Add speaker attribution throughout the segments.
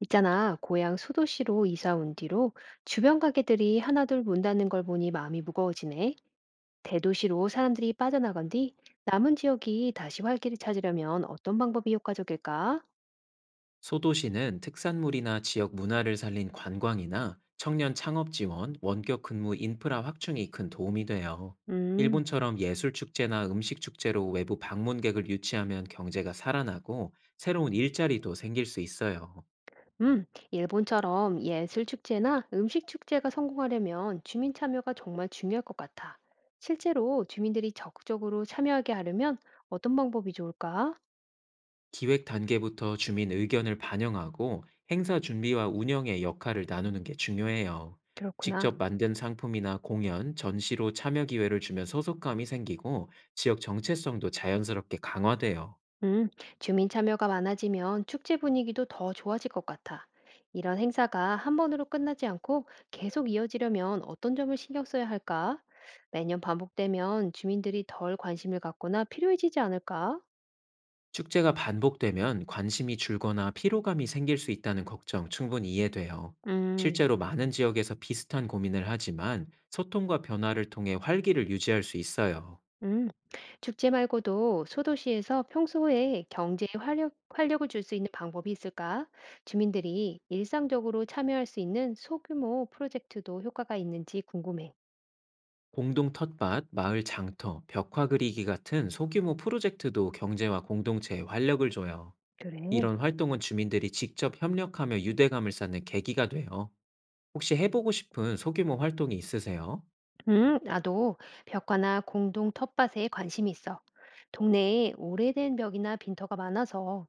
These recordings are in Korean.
Speaker 1: 있잖아, 고향 수도시로 이사 온 뒤로 주변 가게들이 하나둘 문 닫는 걸 보니 마음이 무거워지네. 대도시로 사람들이 빠져나간 뒤 남은 지역이 다시 활기를 찾으려면 어떤 방법이 효과적일까?
Speaker 2: 소도시는 특산물이나 지역 문화를 살린 관광이나 청년 창업 지원, 원격 근무 인프라 확충이 큰 도움이 돼요.
Speaker 1: 음,
Speaker 2: 일본처럼 예술 축제나 음식 축제로 외부 방문객을 유치하면 경제가 살아나고 새로운 일자리도 생길 수 있어요.
Speaker 1: 음, 일본처럼 예술 축제나 음식 축제가 성공하려면 주민 참여가 정말 중요할 것 같아. 실제로 주민들이 적극적으로 참여하게 하려면 어떤 방법이 좋을까?
Speaker 2: 기획 단계부터 주민 의견을 반영하고 행사 준비와 운영의 역할을 나누는 게 중요해요.
Speaker 1: 그렇구나.
Speaker 2: 직접 만든 상품이나 공연, 전시로 참여 기회를 주면 소속감이 생기고 지역 정체성도 자연스럽게 강화돼요.
Speaker 1: 음, 주민 참여가 많아지면 축제 분위기도 더 좋아질 것 같아. 이런 행사가 한 번으로 끝나지 않고 계속 이어지려면 어떤 점을 신경 써야 할까? 매년 반복되면 주민들이 덜 관심을 갖거나 필요해지지 않을까?
Speaker 2: 축제가 반복되면 관심이 줄거나 피로감이 생길 수 있다는 걱정 충분히 이해돼요.
Speaker 1: 음,
Speaker 2: 실제로 많은 지역에서 비슷한 고민을 하지만 소통과 변화를 통해 활기를 유지할 수 있어요.
Speaker 1: 음. 축제 말고도 소도시에서 평소에 경제에 활력을 줄 수 있는 방법이 있을까? 주민들이 일상적으로 참여할 수 있는 소규모 프로젝트도 효과가 있는지 궁금해.
Speaker 2: 공동 텃밭, 마을 장터, 벽화 그리기 같은 소규모 프로젝트도 경제와 공동체에 활력을 줘요.
Speaker 1: 그래.
Speaker 2: 이런 활동은 주민들이 직접 협력하며 유대감을 쌓는 계기가 돼요. 혹시 해보고 싶은 소규모 활동이 있으세요?
Speaker 1: 나도 벽화나 공동 텃밭에 관심이 있어. 동네에 오래된 벽이나 빈터가 많아서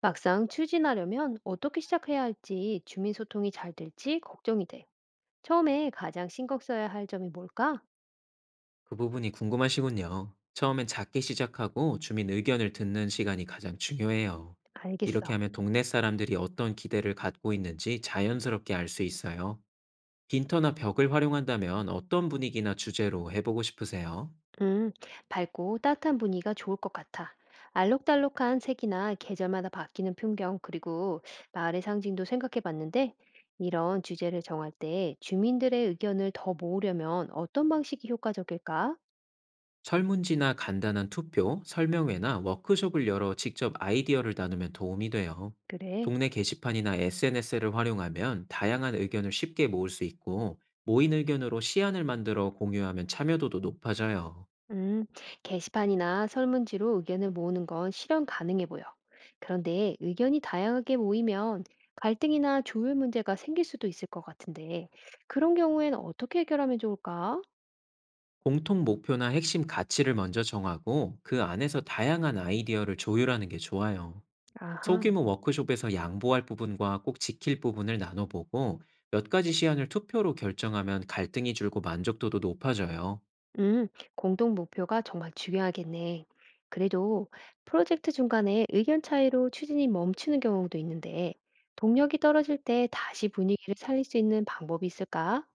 Speaker 1: 막상 추진하려면 어떻게 시작해야 할지 주민 소통이 잘 될지 걱정이 돼. 처음에 가장 신경 써야 할 점이 뭘까?
Speaker 2: 그 부분이 궁금하시군요. 처음엔 작게 시작하고 주민 의견을 듣는 시간이 가장 중요해요. 이렇게
Speaker 1: 알겠어.
Speaker 2: 하면 동네 사람들이 어떤 기대를 갖고 있는지 자연스럽게 알 수 있어요. 빈터나 벽을 활용한다면 어떤 분위기나 주제로 해보고 싶으세요?
Speaker 1: 음, 밝고 따뜻한 분위기가 좋을 것 같아. 알록달록한 색이나 계절마다 바뀌는 풍경, 그리고 마을의 상징도 생각해 봤는데, 이런 주제를 정할 때 주민들의 의견을 더 모으려면 어떤 방식이 효과적일까?
Speaker 2: 설문지나 간단한 투표, 설명회나 워크숍을 열어 직접 아이디어를 나누면 도움이 돼요.
Speaker 1: 그래.
Speaker 2: 동네 게시판이나 SNS를 활용하면 다양한 의견을 쉽게 모을 수 있고, 모인 의견으로 시안을 만들어 공유하면 참여도도 높아져요.
Speaker 1: 음, 게시판이나 설문지로 의견을 모으는 건 실현 가능해 보여. 그런데 의견이 다양하게 모이면 갈등이나 조율 문제가 생길 수도 있을 것 같은데, 그런 경우에는 어떻게 해결하면 좋을까?
Speaker 2: 공통 목표나 핵심 가치를 먼저 정하고, 그 안에서 다양한 아이디어를 조율하는 게 좋아요.
Speaker 1: 아하.
Speaker 2: 소규모 워크숍에서 양보할 부분과 꼭 지킬 부분을 나눠보고, 몇 가지 시안을 투표로 결정하면 갈등이 줄고 만족도도 높아져요.
Speaker 1: 음, 공동 목표가 정말 중요하겠네. 그래도 프로젝트 중간에 의견 차이로 추진이 멈추는 경우도 있는데, 동력이 떨어질 때 다시 분위기를 살릴 수 있는 방법이 있을까?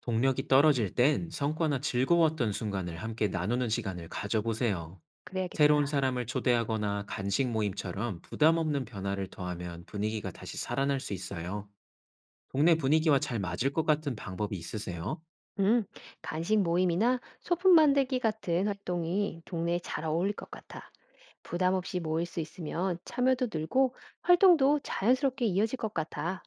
Speaker 2: 동력이 떨어질 땐 성과나 즐거웠던 순간을 함께 나누는 시간을 가져보세요. 새로운
Speaker 1: 그래야겠다.
Speaker 2: 사람을 초대하거나 간식 모임처럼 부담 없는 변화를 더하면 분위기가 다시 살아날 수 있어요. 동네 분위기와 잘 맞을 것 같은 방법이 있으세요?
Speaker 1: 음, 간식 모임이나 소품 만들기 같은 활동이 동네에 잘 어울릴 것 같아. 부담 없이 모일 수 있으면 참여도 늘고 활동도 자연스럽게 이어질 것 같아.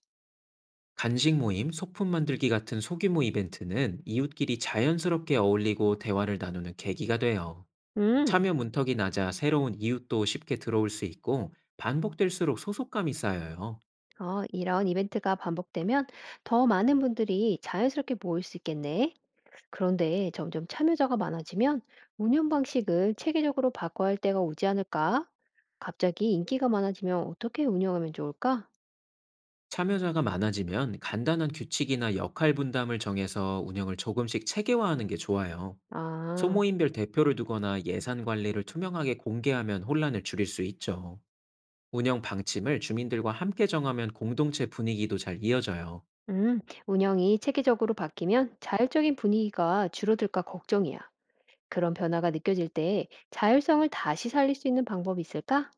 Speaker 2: 간식 모임, 소품 만들기 같은 소규모 이벤트는 이웃끼리 자연스럽게 어울리고 대화를 나누는 계기가 돼요.
Speaker 1: 음,
Speaker 2: 참여 문턱이 낮아 새로운 이웃도 쉽게 들어올 수 있고 반복될수록 소속감이 쌓여요.
Speaker 1: 이런 이벤트가 반복되면 더 많은 분들이 자연스럽게 모일 수 있겠네. 그런데 점점 참여자가 많아지면 운영 방식을 체계적으로 바꿔야 할 때가 오지 않을까? 갑자기 인기가 많아지면 어떻게 운영하면 좋을까?
Speaker 2: 참여자가 많아지면 간단한 규칙이나 역할 분담을 정해서 운영을 조금씩 체계화하는 게 좋아요.
Speaker 1: 아,
Speaker 2: 소모임별 대표를 두거나 예산 관리를 투명하게 공개하면 혼란을 줄일 수 있죠. 운영 방침을 주민들과 함께 정하면 공동체 분위기도 잘 이어져요.
Speaker 1: 음, 운영이 체계적으로 바뀌면 자율적인 분위기가 줄어들까 걱정이야. 그런 변화가 느껴질 때 자율성을 다시 살릴 수 있는 방법이 있을까?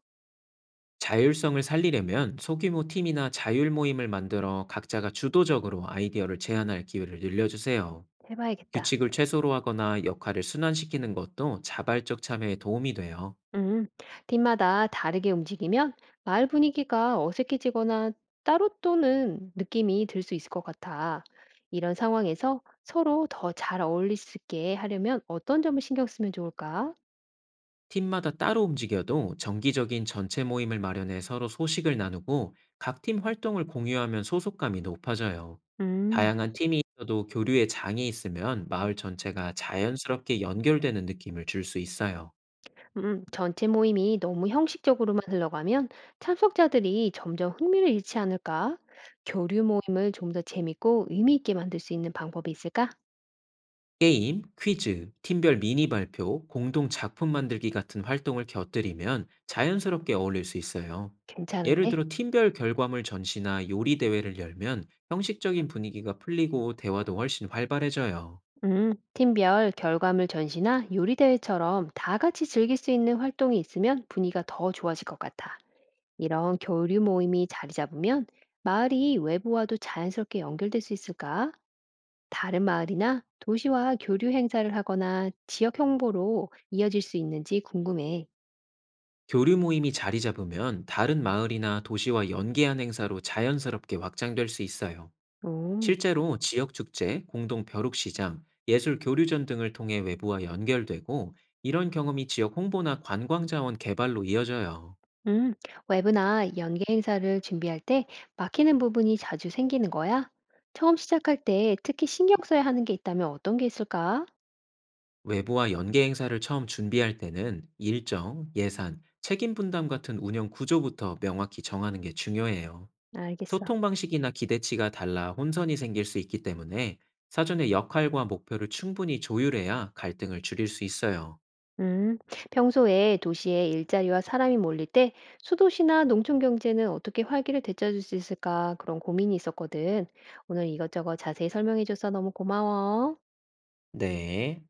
Speaker 2: 자율성을 살리려면 소규모 팀이나 자율 모임을 만들어 각자가 주도적으로 아이디어를 제안할 기회를 늘려주세요.
Speaker 1: 해봐야겠다.
Speaker 2: 규칙을 최소로 하거나 역할을 순환시키는 것도 자발적 참여에 도움이 돼요.
Speaker 1: 음, 팀마다 다르게 움직이면 마을 분위기가 어색해지거나 따로 또는 느낌이 들 수 있을 것 같아. 이런 상황에서 서로 더 잘 어울릴 수 있게 하려면 어떤 점을 신경 쓰면 좋을까?
Speaker 2: 팀마다 따로 움직여도 정기적인 전체 모임을 마련해 서로 소식을 나누고 각 팀 활동을 공유하면 소속감이 높아져요.
Speaker 1: 음,
Speaker 2: 다양한 팀이 있어도 교류에 장이 있으면 마을 전체가 자연스럽게 연결되는 느낌을 줄 수 있어요.
Speaker 1: 전체 모임이 너무 형식적으로만 흘러가면 참석자들이 점점 흥미를 잃지 않을까? 교류 모임을 좀 더 재밌고 의미 있게 만들 수 있는 방법이 있을까?
Speaker 2: 게임, 퀴즈, 팀별 미니 발표, 공동 작품 만들기 같은 활동을 곁들이면 자연스럽게 어울릴 수 있어요. 예를
Speaker 1: 괜찮은데?
Speaker 2: 들어 팀별 결과물 전시나 요리 대회를 열면 형식적인 분위기가 풀리고 대화도 훨씬 활발해져요.
Speaker 1: 팀별 결과물 전시나 요리 대회처럼 다 같이 즐길 수 있는 활동이 있으면 분위기가 더 좋아질 것 같아. 이런 교류 모임이 자리 잡으면 마을이 외부와도 자연스럽게 연결될 수 있을까? 다른 마을이나 도시와 교류 행사를 하거나 지역 홍보로 이어질 수 있는지 궁금해.
Speaker 2: 교류 모임이 자리 잡으면 다른 마을이나 도시와 연계한 행사로 자연스럽게 확장될 수 있어요.
Speaker 1: 음,
Speaker 2: 실제로 지역 축제, 공동 벼룩시장, 예술 교류전 등을 통해 외부와 연결되고 이런 경험이 지역 홍보나 관광 자원 개발로 이어져요.
Speaker 1: 음, 외부나 연계 행사를 준비할 때 막히는 부분이 자주 생기는 거야? 처음 시작할 때 특히 신경 써야 하는 게 있다면 어떤 게 있을까?
Speaker 2: 외부와 연계 행사를 처음 준비할 때는 일정, 예산, 책임 분담 같은 운영 구조부터 명확히 정하는 게 중요해요.
Speaker 1: 알겠어.
Speaker 2: 소통 방식이나 기대치가 달라 혼선이 생길 수 있기 때문에 사전에 역할과 목표를 충분히 조율해야 갈등을 줄일 수 있어요.
Speaker 1: 음, 평소에 도시에 일자리와 사람이 몰릴 때 수도시나 농촌 경제는 어떻게 활기를 되찾을 수 있을까 그런 고민이 있었거든. 오늘 이것저것 자세히 설명해줘서 너무 고마워.
Speaker 2: 네.